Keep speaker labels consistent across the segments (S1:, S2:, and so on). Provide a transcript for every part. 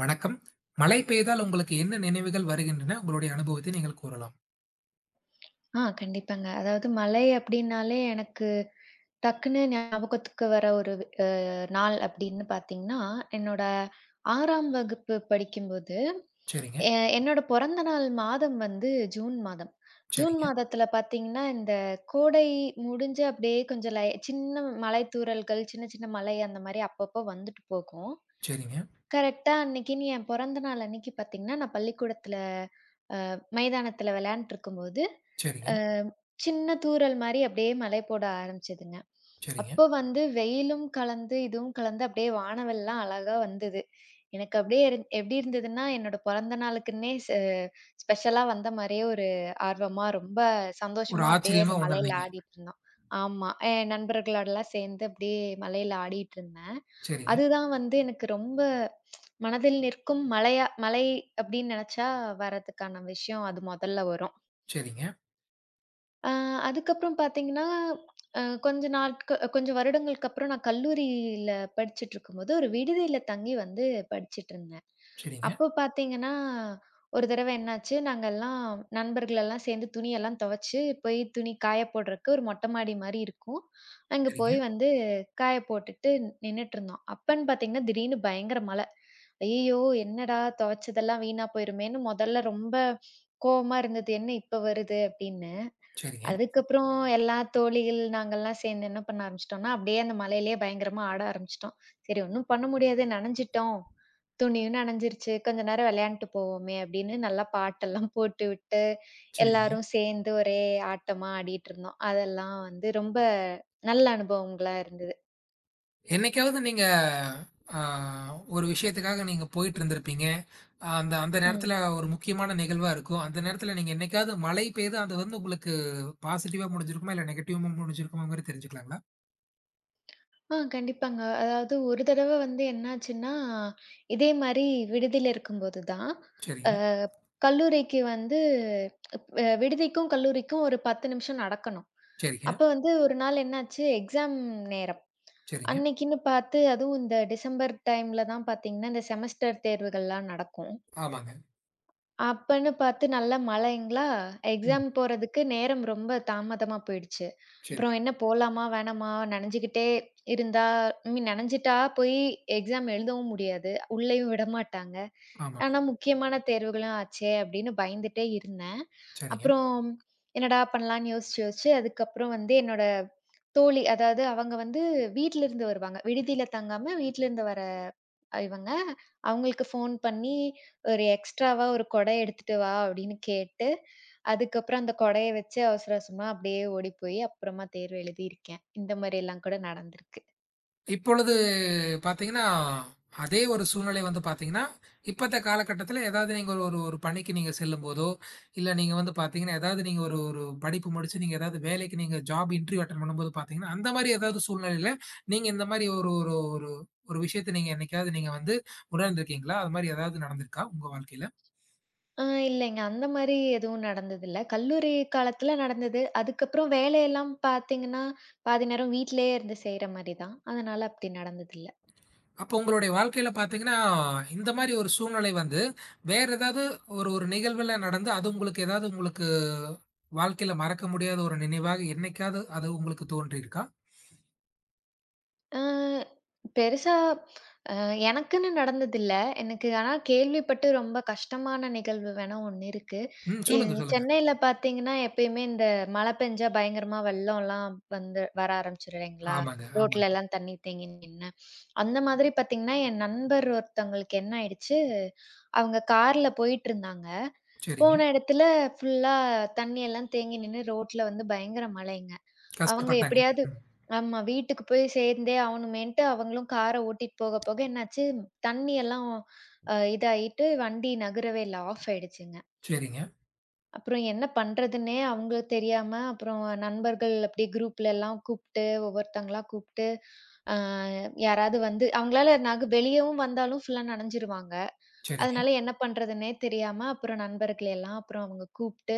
S1: வணக்கம். மழை பெய்தால் உங்களுக்கு என்ன நினைவுகள் வருகின்றன? உங்களுடைய அனுபவத்தை நீங்கள் கூறலாம்.
S2: ஆ கண்டிப்பாங்க. அதாவது மலை அப்டின்னாலே எனக்கு டக்குன்னு ஞாபகத்துக்கு வர ஒரு அ நாள் அப்டின்னு பார்த்தீங்கன்னா, என்னோட 6ஆம் வகுப்பு படிக்கும்போது,
S1: சரிங்க,
S2: எ என்னோட பொறந்த நாள் மாதம் வந்து ஜூன் மாதம். ஜூன்
S1: சரிங்க,
S2: மாதத்துல பார்த்தீங்கன்னா, இந்த கோடை முடிஞ்சு அப்டியே கொஞ்சம் சின்ன மலைத்தூறல்கள், சின்ன சின்ன மலை அந்த மாரி அப்பப்போ வந்துட்டு போகும்.
S1: சரிங்க,
S2: கரெக்ட்டா அன்னைக்குன்னு என் பொறந்த நாள் அன்னைக்கு பார்த்தீங்கன்னா, நான் பள்ளிக்கூடத்துல மைதானத்துல விளையாண்ட்டு இருக்கும்போது,
S1: சரிங்க,
S2: அ சின்ன தூறல் மாரி அப்படியே மழை போட ஆரம்பிச்சதுங்க.
S1: சரிங்க.
S2: அப்போ வந்து வெயிலும் கலந்து, இதுவும் கலந்து அப்படியே வானவெல்லாம் அழகா வந்தது. எனக்கு அப்படியே எப்படி இருந்ததுன்னா, என்னோட பொறந்த நாளுக்குன்னே ஸ்பெஷலா வந்த மாரியே ஒரு ஆர்வமா, ரொம்ப
S1: ஒரு
S2: சந்தோஷமா அப்படியே
S1: ஆச்சரியமா
S2: அந்த மழையில
S1: உணர்ந்தீங்க.
S2: ஆடிட்டு இருந்தோம். ஆமா. என் நண்பர்களோடலாம் சேர்ந்து அப்படியே மழையில ஆடிட்டு இருந்தேன்.
S1: சரிங்க,
S2: அதுதான் வந்து எனக்கு ரொம்ப மனதில் நிற்கும் மலை அப்படின்னு நெனச்சா வர்றதுக்கான விஷயம் அது முதல்ல வரும்.
S1: சரிங்க,
S2: ஆ, அதுக்கப்புறம் பார்த்தீங்கன்னா, அ கொஞ்ச நாட்க கொஞ்சம் வருடங்களுக்கு அப்புறம் நான் கல்லூரியில படிச்சுட்ருக்கும்போது, ஒரு விடுதியில தங்கி வந்து படிச்சுட்ருந்தேன்.
S1: சரிங்க,
S2: அப்போ பார்த்தீங்கன்னா, ஒரு தடவ என்னாச்சு, நாங்கலாம் நண்பர்கள் எல்லாம் சேர்ந்து துணியெல்லாம் துவைச்சு, போய் துணி காய போடுறக்கு ஒரு மொட்டை மாடி மாரி இருக்கும். அங்க
S1: சரிங்க,
S2: போய் வந்து காய போட்டுட்டு நின்னுட்ருந்தோம். அப்பன்னு பார்த்தீங்கன்னா, திடீர்னு பயங்கர மழை. ஐயய்யோ! என்னடா துவைச்சதெல்லாம் வீணா போயிருமேன்னு முதல்ல ரொம்ப கோவமா இருந்தது. என்ன இப்ப வருது? அப்படின்னு.
S1: சரிங்க,
S2: அதுக்கப்புறம் எல்லா தோழிகள் நாங்கலாம் சேர்ந்து என்ன பண்ண ஆரம்பிச்சுட்டோம்னா, அப்படியே அந்த மழையிலேயே பயங்கரமா ஆட ஆரம்பிச்சுட்டோம். சரி, ஒண்ணும் பண்ண முடியாது நனைஞ்சுட்டோம். துணியும் நனைஞ்சிருச்சு. கொஞ்ச நேரம் விளையாண்டுட்டு போவோமே அப்படின்னு நல்லா பாட்டெல்லாம் போட்டு விட்டு,
S1: சரிங்க.
S2: எல்லாரும் சேர்ந்து ஒரே ஆட்டமா ஆடிட்டு இருந்தோம். அதெல்லாம் வந்து ரொம்ப நல்ல அனுபவங்களா இருந்தது.
S1: என்னைக்காவது நீங்க ஆ ஒரு விஷயத்துக்காக நீங்க போயிட்டு இருந்திருப்பீங்க. அந்த அந்த
S2: ம்.
S1: நேரத்தில ஒரு முக்கியமான நிகழ்வா இருக்கும். அந்த நேரத்தில நீங்க என்னைக்காவது மழை பெய்து அது வந்து உங்களுக்கு பாசிட்டிவா முடிஞ்சிருக்குமா? இல்ல நெகட்டிவா முடிஞ்சிருக்குமாங்கிறது தெரிஞ்சுக்கலாங்களா?
S2: ஆ கண்டிப்பாங்க. அதாவது ஒரு தடவ வந்து என்னாச்சுன்னா, இதே மாரி விடுதியில இருக்கும்போது தான், அ
S1: சரிங்க,
S2: கல்லூரிக்கு வந்து விடுதிக்கும், கல்லூரிக்கும் ஒரு 10 நிமிஷம் நடக்கணும்.
S1: சரிங்க,
S2: அப்ப வந்து ஒரு நாள் என்னாச்சு, எக்ஸாம் நேரம்.
S1: சரிங்க.
S2: அன்னைக்குன்னு பார்த்து, அதுவும் இந்த டிசம்பர் டைம்ல தான் பார்த்தீங்கன்னா, இந்த செமஸ்டர் தேர்வுகள்லாம் நடக்கும்.
S1: ஆமாங்க.
S2: அப்பன்னு பார்த்து நல்ல மழைங்களா,
S1: ம்.
S2: எக்ஸாம் போறதுக்கு நேரம் ரொம்ப தாமதமா போயிடுச்சு. அப்புறம்
S1: சரிங்க.
S2: என்ன போலாமா? வேணாமா? நனைஞ்சுக்கிட்டே இருந்தா, ஐ மீன், நனைஞ்சுட்டா போய் எக்ஸாம் எழுதவும் முடியாது. உள்ளேயும் விடமாட்டாங்க.
S1: ஆமாங்க.
S2: ஆனா, முக்கியமான தேர்வுகளும் ஆச்சே! அப்படின்னு பயந்துட்டே இருந்தேன்.
S1: சரிங்க.
S2: அப்புறம் என்னடா பண்ணலான்னு யோசிச்சு யோசிச்சு அதுக்கப்புறம் வந்து என்னோட தோழி, அதாவது அவங்க வந்து வீட்ல இருந்து வருவாங்க. விடுதியில தங்காம வீட்ல இருந்து வர இவங்க. அவங்களுக்கு ஃபோன் பண்ணி, ஒரு எக்ஸ்ட்ராவா ஒரு கொடை எடுத்துட்டு வா அப்படின்னு கேட்டு, அதுக்கப்புறம் அந்த கொடைய வச்சு அவசர அவசரமா அப்படியே ஓடி போய் அப்புறமா தேர்வு எழுதியிருக்கேன். இந்த மாரியெல்லாம் கூட நடந்திருக்கு.
S1: இப்பொழுது பார்த்தீங்கன்னா, அதே ஒரு சூழ்நிலை வந்து பார்த்தீங்கன்னா, இப்பத்த காலகட்டத்தில ஏதாவது நீங்க ஒரு ஒரு பணிக்கு நீங்க செல்லும்போதோ, இல்ல நீங்க வந்து பார்த்தீங்கன்னா, ஏதாவது நீங்க ஒரு ஒரு படிப்பு முடிச்சு நீங்க ஏதாவது வேலைக்கு நீங்க ஜாப் இன்டர்வியூ அட்டெண்ட் பண்ணும்போது பார்த்தீங்கன்னா, அந்த மாரி ஏதாவது சூழ்நிலையில நீங்க இந்த மாரி ஒரு ஒரு ஒரு ஒரு விஷயத்த நீங்க என்னைக்காவது நீங்க வந்து உணர்ந்திருக்கீங்களா? அது மாரி ஏதாவது நடந்திருக்கா உங்க வாழ்க்கையில?
S2: ஆ, இல்லைங்க. அந்த மாரி எதுவும் நடந்ததில்ல. கல்லூரி காலத்துல நடந்தது. அதுக்கப்புறம் வேலையெல்லாம் பார்த்தீங்கன்னா, பாதி நேரம் வீட்லயே இருந்து செய்ற மாரி தான். அதனால அப்படி நடந்ததில்ல.
S1: அப்போ உங்களுடைய வாழ்க்கையில பார்த்தீங்கன்னா, இந்த மாரி ஒரு சூழ்நிலை வந்து, வேற ஏதாவது ஒரு ஒரு நிகழ்வுல நடந்து, அது உங்களுக்கு ஏதாவது உங்களுக்கு வாழ்க்கையில மறக்க முடியாத ஒரு நினைவாக என்னைக்காவது அது உங்களுக்கு தோன்றியிருக்கா?
S2: அ பெருசா அ எனக்குன்னு நடந்ததில்ல. எனக்கு ஆனா கேள்விப்பட்டு ரொம்ப கஷ்டமான நிகழ்வு வேணா ஒண்ணு இருக்கு.
S1: ம். சொல்லுங்க,
S2: இது
S1: சொல்லுங்க.
S2: சென்னையில பார்த்தீங்கன்னா, எப்பயுமே இந்த மழை பெஞ்சா பயங்கரமா வெள்ளம்லாம் வந்து வர ஆரம்பிச்சுரும் இல்லைங்களா?
S1: ஆமாங்க,
S2: ரோட்ல
S1: ஆமாங்க.
S2: எல்லாம் தண்ணி தேங்கி நின்னு. அந்த மாதிரி பார்த்தீங்கன்னா, என் நண்பர் ஒருத்தவங்களுக்கு என்ன ஆயிடுச்சு, அவங்க கார்ல போயிட்டுருந்தாங்க.
S1: சரிங்க.
S2: போன இடத்துல ஃபுல்லா தண்ணி எல்லாம் தேங்கி நின்னு ரோட்ல வந்து பயங்கர மழைங்க. அவங்க
S1: கஷ்டப்பட்டாங்க.
S2: எப்படியாவது,
S1: ம்.
S2: ஆமா, வீட்டுக்கு போய் சேர்ந்தே ஆவணுமேன்ட்டு அவங்களும் கார ஓட்டிட்டு போக, போக என்னாச்சு, தண்ணி எல்லாம் இதாயிட்டு வண்டி நகரவே இல்ல. ஆஃப் ஆயிடுச்சுங்க.
S1: சரிங்க,
S2: அப்புறம் என்ன பண்றதுன்னே அவங்களுக்கு தெரியாம, அப்புறம் நண்பர்கள் அப்படியே குரூப்ல எல்லாம் கூப்ட்டு, ஒவ்வொருத்தங்களா கூப்ட்டு, அ யாராவது வந்து அவங்களால வெளியவும் வந்தாலும் ஃபுல்லா நனஞ்சிருவாங்க.
S1: சரிங்க,
S2: அதனால என்ன பண்றதுன்னே தெரியாம, அப்புறம் நண்பர்களை எல்லாம் அப்புறம் அவங்க கூப்ட்டு,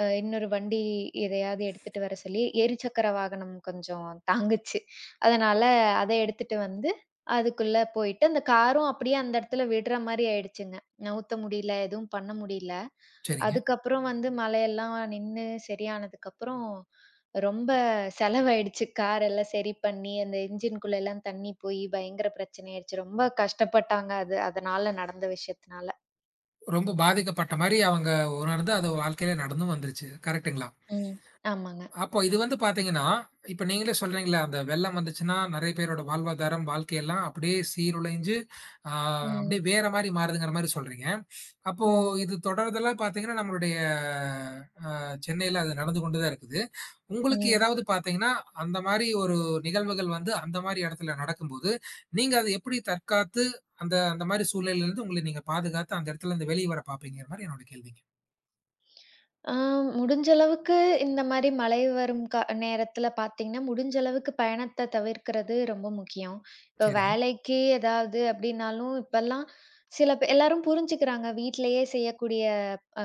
S2: இன்னொரு வண்டி எதையாவது எடுத்துட்டு வர சொல்லி, எரிச்சக்கர வாகனம் கொஞ்சம் தாங்குச்சு. அதனால அத எடுத்துட்டு வந்து, அதுக்குள்ள போயிட்டு, அந்த காரும் அப்படியே அந்த இடத்துல விடுற மாரி ஆயிடுச்சுங்க. நவுத்த முடியல, எதுவும் பண்ண முடியல.
S1: சரிங்க.
S2: அதுக்கப்புறம் வந்து மழையெல்லாம் நின்னு சரியானதுக்கப்புறம் ரொம்ப செலவாயிடுச்சு. கார் எல்லாம் சரி பண்ணி, அந்த என்ஜின்குள்ள எல்லாம் தண்ணி போயி பயங்கர பிரச்சனை ஆயிடுச்சு. ரொம்ப கஷ்டப்பட்டாங்க. அது அதனால நடந்த விஷயத்துனால.
S1: ரொம்ப பாதிக்கப்பட்ட மாரி அவங்க உணர்ந்து, அது வாழ்க்கையில நடந்தும் வந்துருச்சு. கரெக்ட்டுங்களா?
S2: ம். ஆமாங்க.
S1: அப்போ இது வந்து பார்த்தீங்கன்னா, இப்ப நீங்களே சொல்றீங்கல்ல, அந்த வெள்ளம் வந்துச்சுன்னா, நெறைய பேரோட வாழ்வாதாரம், வாழ்க்கையெல்லாம் அப்படியே சீரொழிஞ்சு, ஆ
S2: ம்.
S1: அப்படியே வேற மாரி மாறுதுங்கிற மாரி சொல்றீங்க. அப்போ
S2: ம்.
S1: இது தொடர்தலா பார்த்தீங்கன்னா, நம்மளுடைய அ சென்னையில அது நடந்து கொண்டு தான் இருக்குது. உங்களுக்கு
S2: ம்.
S1: ஏதாவது பார்த்தீங்கன்னா, அந்த மாரி ஒரு நிகழ்வுகள் வந்து அந்த மாரி இடத்துல நடக்கும்போது, நீங்க அத எப்படி தற்காத்து, அந்த அந்த மாரி சூழ்நிலையிலிருந்து உங்கள நீங்க பாதுகாத்து, அந்த இடத்துலருந்து வெளிய வர பார்ப்பீங்கங்கிற மாரி என்னோட கேள்விங்க.
S2: ஆ, முடிஞ்ச அளவுக்கு இந்த மாரி மழை வரும் நேரத்துல பார்த்தீங்கன்னா, முடிஞ்ச அளவுக்கு பயணத்த தவிர்க்கிறது ரொம்ப முக்கியம். இப்ப
S1: சரிங்க,
S2: வேலைக்கு ஏதாவது அப்படின்னாலும், இப்பல்லாம் சில பே எல்லாரும் புரிஞ்சுக்கிறாங்க. வீட்லயே செய்யக்கூடிய அ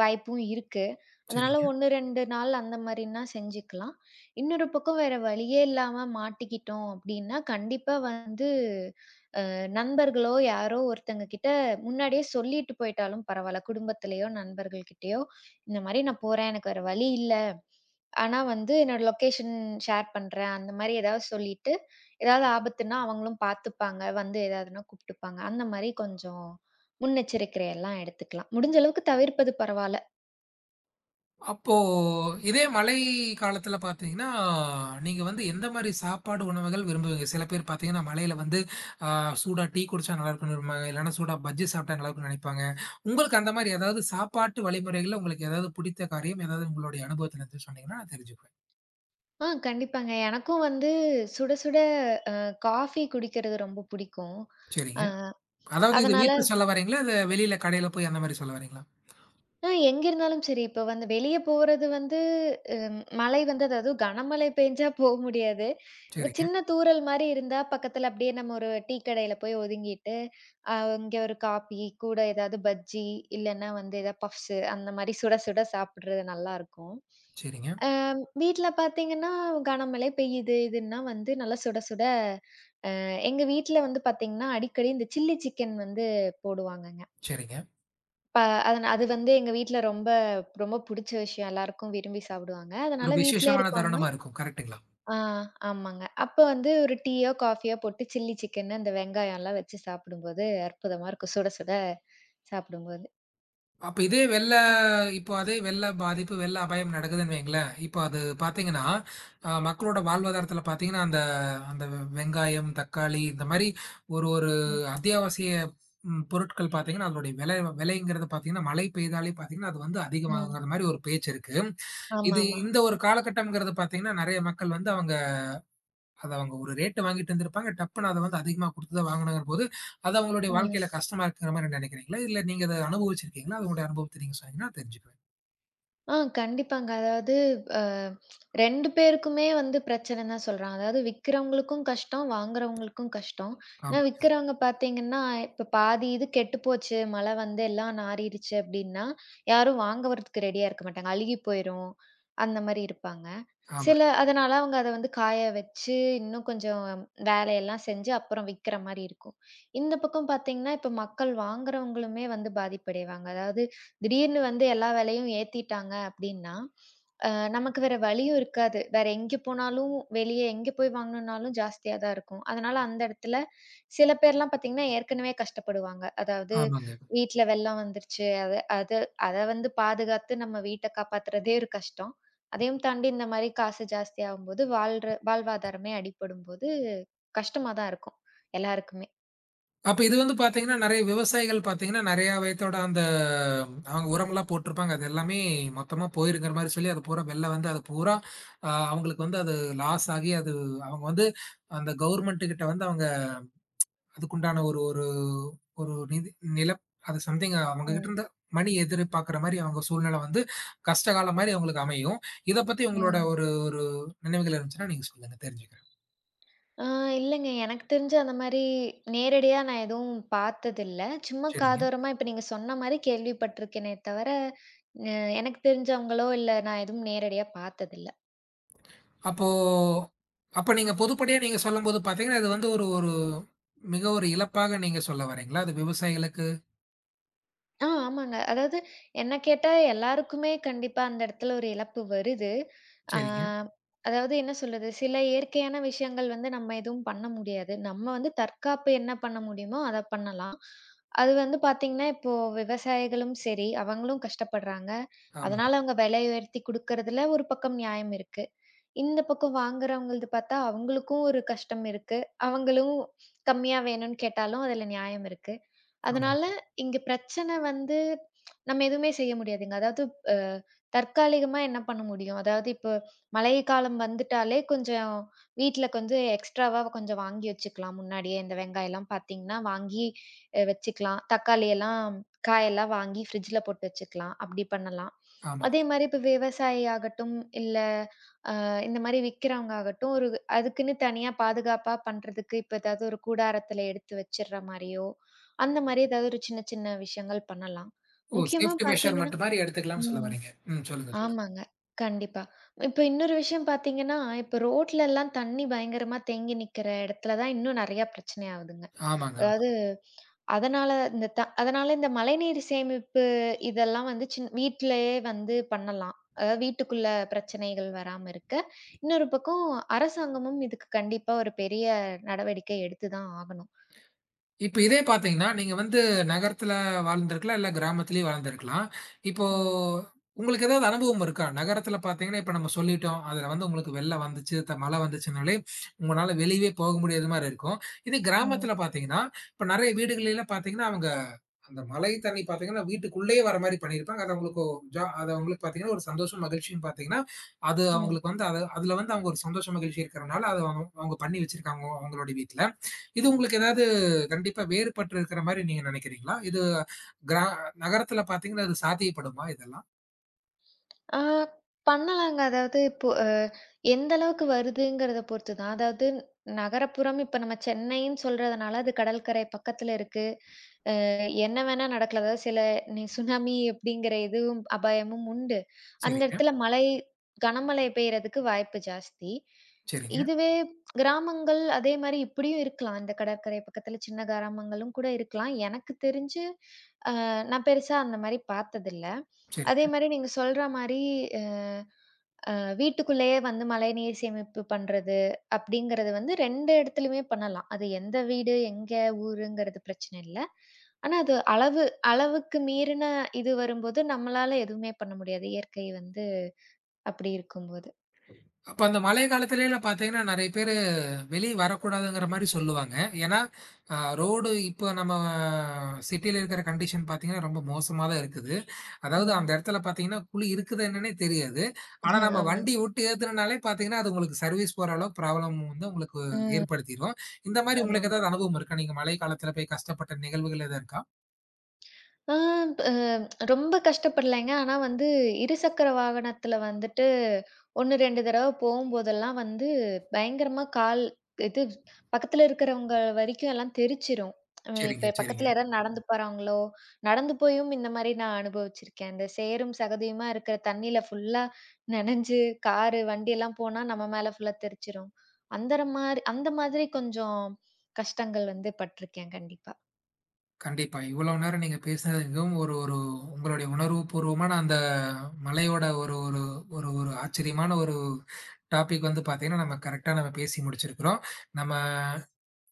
S2: வாய்ப்பும் இருக்கு. அதனால
S1: சரிங்க.
S2: 1, 2 நாள் அந்த மாரின்னா செஞ்சுக்கலாம். இன்னொரு பக்கம் வேற வழியே இல்லாம மாட்டிக்கிட்டோம் அப்படின்னா, கண்டிப்பா வந்து நண்பர்களோ, யாரோ ஒருத்தங்க கிட்ட முன்னாடியே சொல்லிட்டு போயிட்டாலும் பரவால்ல. குடும்பத்திலயோ, நண்பர்கள் கிட்டயோ, இந்த மாரி நான் போறேன். எனக்கு வேற வழி இல்ல. ஆனா வந்து என்னோட லொகேஷன் ஷேர் பண்றேன். அந்த மாரி ஏதாவது சொல்லிட்டு, ஏதாவது ஆபத்துன்னா அவங்களும் பார்த்துப்பாங்க. வந்து ஏதாவதுன்னா கூப்ட்டுப்பாங்க. அந்த மாரி கொஞ்சம் முன்னெச்சரிக்கை எல்லாம் எடுத்துக்கலாம். முடிஞ்ச அளவுக்கு தவிர்ப்பது பரவால்ல.
S1: அப்போ இதே மழை காலத்துல பார்த்தீங்கன்னா, நீங்க வந்து எந்த மாரி சாப்பாடு உணவுகள் விரும்புவீங்க? சில பேர் பார்த்தீங்கன்னா, மழையில வந்து அ சூடா டீ குடிச்சா நல்லா இருக்கும்னு விரும்புவாங்க. இல்லன்னா சூடா பஜ்ஜி சாப்பிட்டா நல்லா இருக்கும்னு நினைப்பாங்க. உங்களுக்கு அந்த மாரி ஏதாவது சாப்பாட்டு வழிமுறைகள்ல உங்களுக்கு ஏதாவது பிடித்த காரியம் ஏதாவது உங்களுடைய அனுபவத்துல இருந்து சொன்னீங்கன்னா, நான் தெரிஞ்சுக்குவேன்.
S2: ஆ கண்டிப்பாங்க. எனக்கும் வந்து சுட சுட அ காஃபி குடிக்கிறது ரொம்ப புடிக்கும்.
S1: சரிங்க.
S2: அ
S1: அதாவது இது
S2: அதனால,
S1: வீட்ல சொல்ல வரீங்களா? இல்ல வெளியில கடையில போய் அந்த மாரி சொல்ல வரீங்களா?
S2: எங்க இருந்தாலும் சரி. இப்ப வந்து வெளிய போறது வந்து மழை வந்து, அதாவது கனமழை பெஞ்சா போ முடியாது. இப்ப
S1: சரிங்க,
S2: சின்ன தூறல் மாரி இருந்தா பக்கத்துல அப்படியே நம்ம ஒரு டீ கடையில போய் ஒதுங்கிட்டு, அ இங்க ஒரு காப்பி கூட ஏதாவது பஜ்ஜி, இல்லன்னா வந்து ஏதாவது பஃப்ஸு அந்த மாரி சுட சுட சாப்பிடுறது நல்லாருக்கும்.
S1: சரிங்க,
S2: அ வீட்ல பார்த்தீங்கன்னா, கனமழை பெய்யுது இதுன்னா வந்து நல்லா சுட சுட எங்க வீட்ல வந்து பார்த்தீங்கன்னா, அடிக்கடி இந்த சில்லி சிக்கன் வந்து போடுவாங்கங்க.
S1: சரிங்க.
S2: ப அதனா அது வந்து எங்க வீட்ல ரொம்ப ரொம்ப புடிச்ச விஷயம். எல்லாருக்கும் விரும்பி சாப்பிடுவாங்க.
S1: ஒரு
S2: அதனால வீட்லயே
S1: விசேஷமான
S2: இருக்கோம்ன்னா
S1: தருணமா இருக்கும். கரெக்ட்டுங்களா?
S2: ஆ ஆமாங்க. அப்ப வந்து ஒரு டீயோ, காஃபியோ போட்டு சில்லி சிக்கன்னு அந்த வெங்காயம்லாம் வச்சு சாப்பிடும்போது, அற்புதமா இருக்கும். சுட சுட சாப்பிடும்போது.
S1: அப்ப இதே வெள்ள இப்போ அதே வெள்ள பாதிப்பு வெள்ள அபாயம் நடக்குதுன்னு வைங்களேன் இப்போ அது பாத்தீங்கன்னா மக்களோட வாழ்வாதாரத்துல பாத்தீங்கன்னா அந்த அந்த வெங்காயம் தக்காளி இந்த மாதிரி ஒரு ஒரு
S2: ம்,
S1: அத்தியாவசிய பொருட்கள் பாத்தீங்கன்னா அதனுடைய விலை விலைங்கிறது பாத்தீங்கன்னா மழை பெய்தாலே பாத்தீங்கன்னா அது வந்து
S2: ம்.
S1: அதிகமாகுங்கிற மாதிரி ஒரு பேச்சு இருக்கு. இது
S2: ஆமாமா.
S1: இந்த ஒரு காலகட்டம்ங்கிறது பாத்தீங்கன்னா நிறைய மக்கள் வந்து அவங்க அத அவங்க ஒரு ரேட் வாங்கிட்டு இருந்திருப்பாங்க. டப்புன்னு அத வந்து அதிகமா குடுத்து தான் வாங்குனாங்கபோது, அது அவங்களுடைய
S2: ம்.
S1: வாழ்க்கையில கஷ்டமா இருக்கிற மாரி நெனைக்கிறீங்களா? இல்ல நீங்க அத அனுபவிச்சிருக்கீங்களா? அது உங்களுடைய அனுபவத்த நீங்க சொன்னீங்கன்னா தெரிஞ்சுக்குவேன்.
S2: ஆ கண்டிப்பாங்க. அதாவது அ 2 பேருக்குமே வந்து பிரச்சனைன்னு தான் சொல்றாங்க. அதாவது விக்கிறவங்களுக்கும் கஷ்டம், வாங்குறவங்களுக்கும் கஷ்டம். ஏன்னா
S1: ஆமா,
S2: விக்கிறவங்க பார்த்தீங்கன்னா, இப்ப பாதி இது கெட்டு போச்சு, மழை வந்து எல்லாம் நாறிடுச்சு அப்டின்னா, யாரும் வாங்க வரதுக்கு ரெடியா இருக்க மாட்டாங்க. அழுகி போயிரும். அந்த மாரி இருப்பாங்க.
S1: ஆமாங்க,
S2: அதனால அவங்க அத வந்து காய வச்சு, இன்னும் கொஞ்சம் வேலையெல்லாம் செஞ்சு அப்புறம் விக்கிற மாரி இருக்கும். இந்த பக்கம் பார்த்தீங்கன்னா, இப்ப மக்கள் வாங்குறவங்களுமே வந்து பாதிப்படைவாங்க. அதாவது திடீர்னு வந்து எல்லா விலையும் ஏத்திட்டாங்க அப்டின்னா, அ நமக்கு வேற வழியும் இருக்காது. வேற எங்க போனாலும் வெளிய எங்க போய் வாங்கணும்னாலும் ஜாஸ்தியா தான் இருக்கும். அதனால அந்த இடத்துல சில பேர்லாம் பார்த்தீங்கன்னா, ஏற்கனவே கஷ்டப்படுவாங்க. அதாவது
S1: ஆமாங்க.
S2: வீட்ல வெள்ளம் வந்துருச்சு. அத அத அத வந்து பாதுகாத்து நம்ம வீட்ட காப்பாத்துறதே ஒரு கஷ்டம். அதையும் தாண்டி இந்த மாரி காசு ஜாஸ்தியாகும்போது வாழ்ற வாழ்வாதாரமே அடிபடும்போது கஷ்டமா தான் இருக்கும் எல்லாருக்குமே.
S1: அப்ப இது வந்து பார்த்தீங்கன்னா, நெறைய விவசாயிகள் பார்த்தீங்கன்னா, நெறைய விதத்தோட அந்த அவங்க உரம்லாம் போட்டிருப்பாங்க. அது எல்லாமே மொத்தமா போயிருங்கிற மாரி சொல்லி, அது பூரா வெள்ள வந்து அது பூரா அவங்களுக்கு வந்து அது லாஸ் ஆகி அது அவங்க வந்து அந்த கவர்மெண்ட் கிட்ட வந்து அவங்க அதுக்குண்டான ஒரு ஒரு ஒரு நிதி நிலம் அது சம்திங் அவங்க கிட்ட
S2: ம்,
S1: இருந்து மணி எதிர்பார்க்குற மாரி அவங்க சூழ்நிலை வந்து கஷ்டகாலம் மாரி அவங்களுக்கு அமையும். இத பத்தி உங்களோட
S2: ம்.
S1: ஒரு ஒரு நினைவுகள் இருந்துச்சுன்னா நீங்க சொல்லுங்க தெரிஞ்சுக்கிறேன்.
S2: ஆ, இல்லங்க. எனக்கு தெரிஞ்சு அந்த மாரி நேரடியா நான் எதுவும் பார்த்ததில்ல. சும்மா
S1: சரிங்க.
S2: காதோரமா இப்ப நீங்க சொன்ன மாரி கேள்விப்பட்டுருக்கேனே தவிர, அ எனக்கு தெரிஞ்சவங்களோ, இல்ல, நான் எதுவும் நேரடியா பார்த்ததில்ல.
S1: அப்போ அப்ப நீங்க பொதுப்படையா நீங்க சொல்லும்போது பார்த்தீங்கன்னா, இது வந்து ஒரு ஒரு மிக ஒரு இழப்பாக நீங்க சொல்ல வரீங்களா? அது விவசாயிகளுக்கு.
S2: ஆ, ஆமாங்க. அதாவது என்ன கேட்டா எல்லாருக்குமே கண்டிப்பா அந்த இடத்துல ஒரு இழப்பு வருது. ஆ,
S1: சரிங்க.
S2: அதாவது என்ன சொல்றது, சில இயற்கையான விஷயங்கள் வந்து நம்ம எதுவும் பண்ண முடியாது. நம்ம வந்து தற்காப்பு என்ன பண்ண முடியுமோ அத பண்ணலாம். அது வந்து பார்த்தீங்கன்னா, இப்போ விவசாயிகளும் சரி, அவங்களும் கஷ்டப்படுறாங்க.
S1: ஆமாங்க,
S2: அதனால அவங்க விலை உயர்த்தி குடுக்கறதுல ஒரு பக்கம் நியாயம் இருக்கு. இந்த பக்கம் வாங்குறவங்கள்து பார்த்தா அவங்களுக்கும் ஒரு கஷ்டம் இருக்கு. அவங்களும் கம்மியா வேணும்னு கேட்டாலும் அதுல நியாயம் இருக்கு. அதனால
S1: ஆமாங்க,
S2: இங்க பிரச்சனை வந்து நம்ம எதுவுமே செய்ய முடியாதுங்க. அதாவது அ தற்காலிகமா என்ன பண்ண முடியும்? அதாவது இப்போ மழை காலம் வந்துட்டாலே கொஞ்சம் வீட்ல கொஞ்சம் எக்ஸ்ட்ராவா கொஞ்சம் வாங்கி வச்சுக்கலாம் முன்னாடியே. இந்த வெங்காயம்லாம் பார்த்தீங்கன்னா, வாங்கி வச்சுக்கலாம். தக்காளி எல்லாம் காயெல்லாம் வாங்கி ஃப்ரிட்ஜ்ல போட்டு வச்சுக்கலாம். அப்படி பண்ணலாம். அதே
S1: ஆமாங்க.
S2: மாரி இப்போ விவசாயி ஆகட்டும், இல்ல இந்த மாரி விக்கிறவங்க ஆகட்டும், ஒரு அதுக்குன்னு தனியா பாதுகாப்பா பண்றதுக்கு, இப்ப ஏதாவது ஒரு கூடாரத்துல எடுத்து வச்சிர்ற மாரியோ, அந்த மாரி ஏதாவது ஒரு சின்ன சின்ன விஷயங்கள் பண்ணலாம்.
S1: ஓ!
S2: முக்கியமா
S1: சேஃப்டி மெஷர்
S2: பார்த்தீங்கன்னா,
S1: மட்டும் மாரி எடுத்துக்கலாம்னு சொல்ல
S2: ம்.
S1: வரீங்க. ம். சொல்லுங்க, சொல்லுங்க.
S2: ஆமாங்க. கண்டிப்பா. இப்ப இன்னொரு விஷயம் பார்த்தீங்கன்னா, இப்ப ரோட்லலாம் தண்ணி பயங்கரமா தேங்கி நிக்கிற இடத்துல தான் இன்னும் நெறையா பிரச்சனை ஆவுதுங்க.
S1: ஆமாங்க.
S2: அதாவது அதனால இந்த மழைநீர் சேமிப்பு இதெல்லாம் வந்து வீட்டிலேயே வந்து பண்ணலாம். அதாவது வீட்டுக்குள்ள பிரச்சனைகள் வராம இருக்க. இன்னொரு பக்கம் அரசாங்கமும் இதுக்கு கண்டிப்பா ஒரு பெரிய நடவடிக்கை எடுத்து தான் ஆகணும்.
S1: இப்ப இதே பார்த்தீங்கன்னா, நீங்க வந்து நகரத்துல வாழ்ந்திருக்கலாம், இல்ல கிராமத்திலேயும் வாழ்ந்திருக்கலாம். இப்போ
S2: ம்.
S1: உங்களுக்கு ஏதாவது அனுபவம் இருக்கா? நகரத்துல பார்த்தீங்கன்னா, இப்ப நம்ம சொல்லிட்டோம். அதுல வந்து உங்களுக்கு வெள்ளம் வந்துச்சு, மழை வந்துச்சுனாலே, உங்கனால வெளியவே போக முடியாத மாரி இருக்கும். இதே
S2: ம்.
S1: கிராமத்துல பார்த்தீங்கன்னா, இப்ப நெறைய வீடுகள்ல பார்த்தீங்கன்னா, அவங்க அந்த மழை தண்ணி பார்த்தீங்கன்னா, வீட்டுக்குள்ளேயே வர மாரி பண்ணியிருப்பாங்க. அது அவங்களுக்கு ஒரு அது அவங்களுக்கு பார்த்தீங்கன்னா, ஒரு சந்தோஷம், மகிழ்ச்சின்னு பார்த்தீங்கன்னா, அது
S2: ம்.
S1: அவங்களுக்கு வந்து அது அதுல வந்து அவங்க ஒரு சந்தோஷம், மகிழ்ச்சி இருக்கிறனால, அத அவங்க அவங்க பண்ணி வச்சிருக்காங்க அவங்களோட வீட்ல. இது உங்களுக்கு ஏதாவது கண்டிப்பா வேறுபட்டு இருக்கிற மாரி நீங்க நினைக்கிறீங்களா? இது கிரா நகரத்துல பார்த்தீங்கன்னா, இது சாத்தியப்படுமா இதெல்லாம்?
S2: ஆ, பண்ணலாங்க. அதாவது இப்போ எந்த அளவுக்கு வருதுங்கிறத பொறுத்து தான். அதாவது நகரப்புறம் இப்ப நம்ம சென்னைன்னு சொல்றதுனால அது கடற்கரை பக்கத்துல இருக்கு. என்ன வேணா நடக்கலாம். அதாவது சில நி சுனாமி அப்படிங்கிற இதுவும் அபாயமும் உண்டு. அந்த
S1: சரிங்க,
S2: இடத்துல கனமழை பெய்யறதுக்கு வாய்ப்பு ஜாஸ்தி.
S1: சரிங்க,
S2: இதுவே கிராமங்கள் அதே மாரி இப்படியும் இருக்கலாம். இந்த கடற்கரை பக்கத்துல சின்ன கிராமங்களும் கூட இருக்கலாம். எனக்கு தெரிஞ்சு, நான் பெருசா அந்த மாரி பார்த்ததில்ல. அதே
S1: சரிங்க.
S2: மாரி நீங்க சொல்ற மாரி அ வீட்டுக்குள்ளேயே வந்து மழைநீர் சேமிப்பு பண்றது அப்படிங்கிறது வந்து 2 இடத்துலயுமே பண்ணலாம். அது எந்த வீடு, எங்க ஊருங்கிறது பிரச்சனை இல்ல. ஆனா அது அளவுக்கு மீறின இது வரும்போது நம்மளால எதுவுமே பண்ண முடியாது. இயற்கை வந்து அப்படி இருக்கும்போது.
S1: அப்ப அந்த மழை காலத்திலேலாம் பார்த்தீங்கன்னா, நெறைய பேர் வெளிய வரக்கூடாதுங்கிற மாரி சொல்லுவாங்க. ஏன்னா, ரோடு இப்போ நம்ம சிட்டில இருக்கிற கண்டிஷன் பார்த்தீங்கன்னா, ரொம்ப மோசமா தான் இருக்குது. அதாவது
S2: ம்.
S1: அந்த இடத்துல பார்த்தீங்கன்னா, குழி இருக்குதா என்னன்னே தெரியாது. ஆனா நம்ம
S2: ஆமா.
S1: வண்டி விட்டு ஏத்துனனாலே பார்த்தீங்கன்னா, அது உங்களுக்கு சர்வீஸ் போற அளவுக்கு ப்ராப்ளம் வந்து உங்களுக்கு
S2: ம்.
S1: ஏற்படுத்திரும். இந்த மாரி உங்களுக்கு
S2: ஆமாமா.
S1: ஏதாவது அனுபவம் இருக்கா? நீங்க மழை காலத்தில போய் கஷ்டப்பட்ட நிகழ்வுகள் எதுவும் இருக்கா?
S2: ஆ, அ ரொம்ப கஷ்டப்படலைங்க. ஆனா வந்து இருசக்கர வாகனத்துல வந்துட்டு 1, 2 தடவ போம்போதெல்லாம் வந்து பயங்கரமா கால் இது பக்கத்துல இருக்கிறவங்க வரைக்கும் எல்லாம் தெரிச்சிரும்.
S1: சரிங்க,
S2: இப்ப
S1: சரிங்க.
S2: பக்கத்துல யாராவது நடந்து போறாங்களோ, நடந்து போயும் இந்த மாரி நான் அனுபவிச்சிருக்கேன். இந்த சேரும் சகதியுமா இருக்கிற தண்ணீல ஃபுல்லா நனைஞ்சு காரு, வண்டி எல்லாம் போனா நம்ம மேல ஃபுல்லா தெரிச்சிரும். அந்த மாதிரி கொஞ்சம் கஷ்டங்கள் வந்து பட்டிருக்கேன் கண்டிப்பா.
S1: கண்டிப்பா. இவ்வளோ நேரம் நீங்க பேசினது மிகவும் ஒரு ஒரு உங்களுடைய உணர்வுபூர்வமான அந்த மலையோட ஒரு ஒரு ஒரு ஒரு ஆச்சரியமான ஒரு டாபிக் வந்து பார்த்தீங்கன்னா, நம்ம கரெக்ட்டா நம்ம பேசி முடிச்சிருக்கிறோம். நம்ம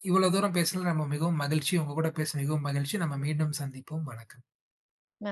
S1: இவ்வளோ தூரம் பேசல நம்ம மிகவும் மகிழ்ச்சி. உங்க கூட பேச மிகவும் மகிழ்ச்சி. நம்ம மீண்டும் சந்திப்போம். வணக்கம்.